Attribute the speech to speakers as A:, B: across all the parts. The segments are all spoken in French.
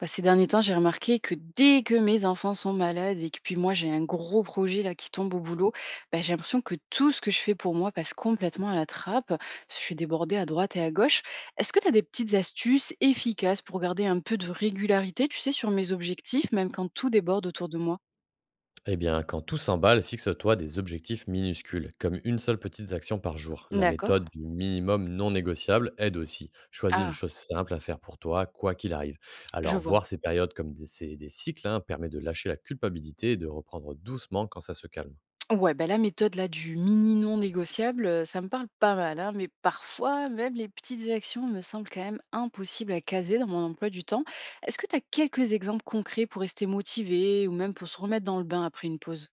A: Bah, ces derniers temps, j'ai remarqué que dès que mes enfants sont malades et que puis moi j'ai un gros projet là qui tombe au boulot, bah, j'ai l'impression que tout ce que je fais pour moi passe complètement à la trappe. Je suis débordée à droite et à gauche. Est-ce que tu as des petites astuces efficaces pour garder un peu de régularité, tu sais, sur mes objectifs, même quand tout déborde autour de moi?
B: Eh bien, quand tout s'emballe, fixe-toi des objectifs minuscules, comme une seule petite action par jour. La
A: D'accord.
B: méthode du minimum non négociable aide aussi. Choisis une
A: Ah,
B: chose simple à faire pour toi, quoi qu'il arrive.
A: je
B: Alors,
A: vois.
B: voir ces périodes comme des cycles hein, permet de lâcher la culpabilité et de reprendre doucement quand ça se calme.
A: Ouais, bah, la méthode là du mini non négociable, ça me parle pas mal, hein, mais parfois même les petites actions me semblent quand même impossibles à caser dans mon emploi du temps. Est-ce que tu as quelques exemples concrets pour rester motivé ou même pour se remettre dans le bain après une pause?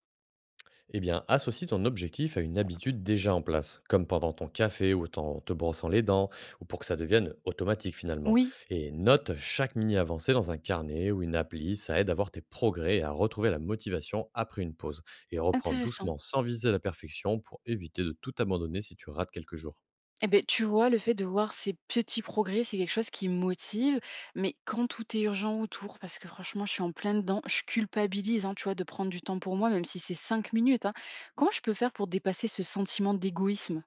B: Eh bien, associe ton objectif à une habitude déjà en place, comme pendant ton café ou en te brossant les dents, ou pour que ça devienne automatique finalement.
A: Oui,
B: Et note chaque mini-avancée dans un carnet ou une appli, ça aide à voir tes progrès et à retrouver la motivation après une pause. Et reprends
A: intéressant.
B: doucement sans viser la perfection pour éviter de tout abandonner si tu rates quelques jours.
A: Eh ben, tu vois, le fait de voir ces petits progrès, c'est quelque chose qui me motive, mais quand tout est urgent autour, parce que franchement, je suis en plein dedans, je culpabilise, hein, tu vois, de prendre du temps pour moi, même si c'est 5 minutes, hein. Comment je peux faire pour dépasser ce sentiment d'égoïsme?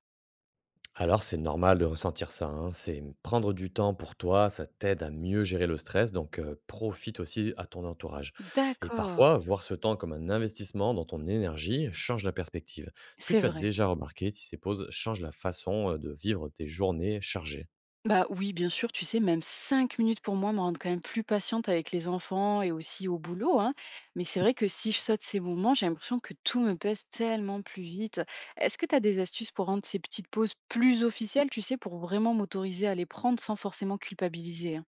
B: Alors, c'est normal de ressentir ça, hein. C'est prendre du temps pour toi, ça t'aide à mieux gérer le stress, donc profite aussi à ton entourage. Et
A: D'accord,
B: parfois, voir ce temps comme un investissement dans ton énergie change la perspective. Est-ce que
A: c'est
B: tu as
A: vrai.
B: déjà remarqué si ces pauses changent la façon de vivre tes journées chargées?
A: Bah oui, bien sûr, tu sais, même 5 minutes pour moi me rendent quand même plus patiente avec les enfants et aussi au boulot, hein. Mais c'est vrai que si je saute ces moments, j'ai l'impression que tout me pèse tellement plus vite. Est-ce que tu as des astuces pour rendre ces petites pauses plus officielles, tu sais, pour vraiment m'autoriser à les prendre sans forcément culpabiliser, hein?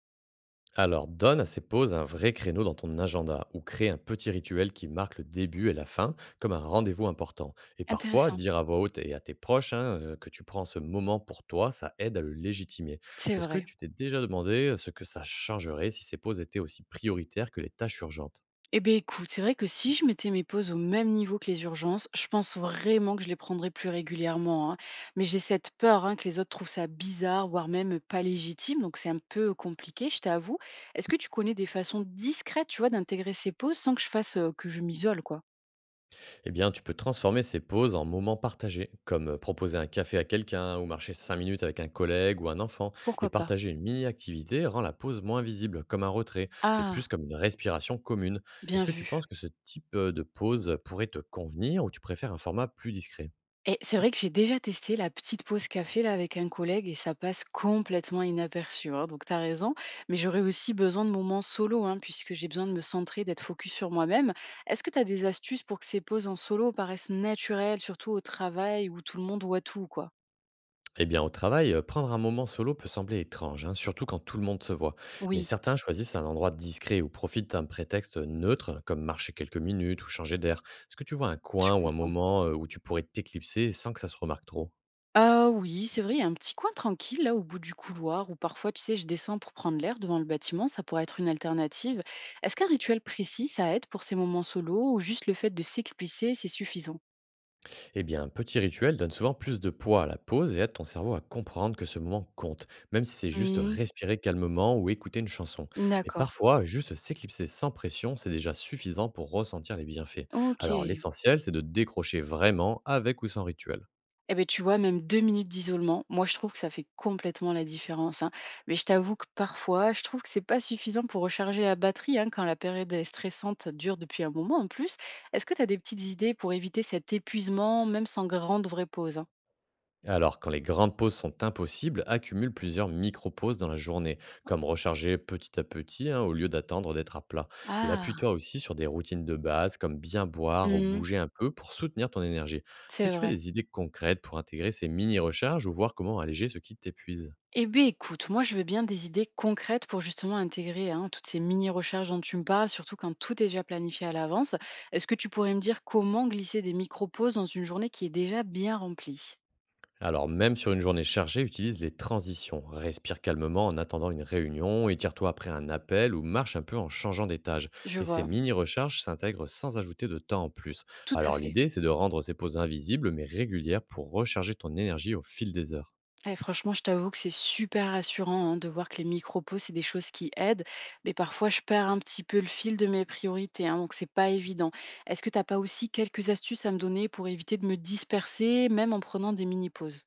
B: Alors, donne à ces pauses un vrai créneau dans ton agenda ou crée un petit rituel qui marque le début et la fin, comme un rendez-vous important. Et parfois,
A: Intéressant,
B: dire à voix haute et à tes proches hein, que tu prends ce moment pour toi, ça aide à le légitimer.
A: c'est
B: Est-ce que
A: vrai.
B: tu t'es déjà demandé ce que ça changerait si ces pauses étaient aussi prioritaires que les tâches urgentes?
A: Eh beh, écoute, c'est vrai que si je mettais mes pauses au même niveau que les urgences, je pense vraiment que je les prendrais plus régulièrement, hein. Mais j'ai cette peur hein, que les autres trouvent ça bizarre, voire même pas légitime. Donc c'est un peu compliqué, je t'avoue. Est-ce que tu connais des façons discrètes, tu vois, d'intégrer ces pauses sans que je fasse que je m'isole, quoi?
B: Eh bien, tu peux transformer ces pauses en moments partagés, comme proposer un café à quelqu'un ou marcher 5 minutes avec un collègue ou un enfant. Et
A: Pourquoi pas?
B: partager une mini-activité rend la pause moins visible, comme un retrait, et
A: Ah,
B: plus comme une respiration commune. Est-ce
A: bien
B: que tu
A: vu.
B: penses que ce type de pause pourrait te convenir ou tu préfères un format plus discret?
A: Et c'est vrai que j'ai déjà testé la petite pause café là avec un collègue et ça passe complètement inaperçu, hein, donc tu as raison, mais j'aurais aussi besoin de moments solo hein, puisque j'ai besoin de me centrer, d'être focus sur moi-même. Est-ce que tu as des astuces pour que ces pauses en solo paraissent naturelles, surtout au travail où tout le monde voit tout quoi?
B: Eh bien, au travail, prendre un moment solo peut sembler étrange, hein, surtout quand tout le monde se voit. Mais
A: Oui,
B: certains choisissent un endroit discret ou profitent d'un prétexte neutre, comme marcher quelques minutes ou changer d'air. Est-ce que tu vois un
A: je
B: coin ou un
A: comprends.
B: moment où tu pourrais t'éclipser sans que ça se remarque trop?
A: Ah oui, c'est vrai, il y a un petit coin tranquille là au bout du couloir où parfois tu sais je descends pour prendre l'air devant le bâtiment, ça pourrait être une alternative. Est-ce qu'un rituel précis ça aide pour ces moments solo ou juste le fait de s'éclipser c'est suffisant?
B: Eh bien, un petit rituel donne souvent plus de poids à la pause et aide ton cerveau à comprendre que ce moment compte, même si c'est juste
A: Mmh.
B: respirer calmement ou écouter une chanson. Mais
A: D'accord.
B: parfois, juste s'éclipser sans pression, c'est déjà suffisant pour ressentir les bienfaits. Alors
A: OK.
B: l'essentiel, c'est de décrocher vraiment avec ou sans rituel.
A: Eh beh, tu vois, même 2 minutes d'isolement, moi, je trouve que ça fait complètement la différence, hein. Mais je t'avoue que parfois, je trouve que c'est pas suffisant pour recharger la batterie, hein, quand la période est stressante, dure depuis un moment en plus. Est-ce que tu as des petites idées pour éviter cet épuisement, même sans grande vraie pause, hein?
B: Alors, quand les grandes pauses sont impossibles, accumule plusieurs micro-pauses dans la journée, comme recharger petit à petit hein, au lieu d'attendre d'être à plat. Et
A: Ah!
B: appuie-toi aussi sur des routines de base, comme bien boire ou
A: Mmh.
B: bouger un peu pour soutenir ton énergie. Est-ce que
A: C'est
B: tu as
A: vrai.
B: des idées concrètes pour intégrer ces mini-recharges ou voir comment alléger ce qui t'épuise?
A: Eh beh, écoute, moi, je veux bien des idées concrètes pour justement intégrer hein, toutes ces mini-recherches dont tu me parles, surtout quand tout est déjà planifié à l'avance. Est-ce que tu pourrais me dire comment glisser des micro-pauses dans une journée qui est déjà bien remplie?
B: Alors, même sur une journée chargée, utilise les transitions. Respire calmement en attendant une réunion, étire-toi après un appel ou marche un peu en changeant d'étage.
A: Je
B: Et ces
A: vois,
B: mini-recharges s'intègrent sans ajouter de temps en plus.
A: tout à
B: Alors,
A: fait.
B: l'idée, c'est de rendre ces pauses invisibles mais régulières pour recharger ton énergie au fil des heures.
A: Eh, franchement, je t'avoue que c'est super rassurant hein, de voir que les micro-pauses, c'est des choses qui aident, mais parfois je perds un petit peu le fil de mes priorités, hein, donc c'est pas évident. Est-ce que t'as pas aussi quelques astuces à me donner pour éviter de me disperser, même en prenant des mini-pauses?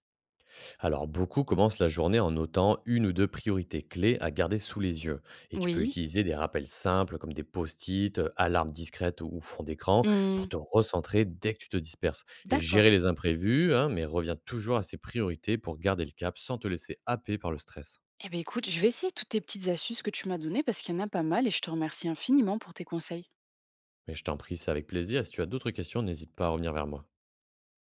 B: Alors, beaucoup commencent la journée en notant une ou deux priorités clés à garder sous les yeux. Et tu peux
A: Oui.
B: utiliser des rappels simples comme des post-it, alarmes discrètes ou fond d'écran
A: Hmm.
B: pour te recentrer dès que tu te disperses. Et
A: D'accord.
B: gérer les imprévus, hein, mais reviens toujours à ces priorités pour garder le cap sans te laisser happer par le stress.
A: Eh bien, écoute, je vais essayer toutes tes petites astuces que tu m'as données parce qu'il y en a pas mal et je te remercie infiniment pour tes conseils.
B: Mais je t'en prie, c'est avec plaisir. Et si tu as d'autres questions, n'hésite pas à revenir vers moi.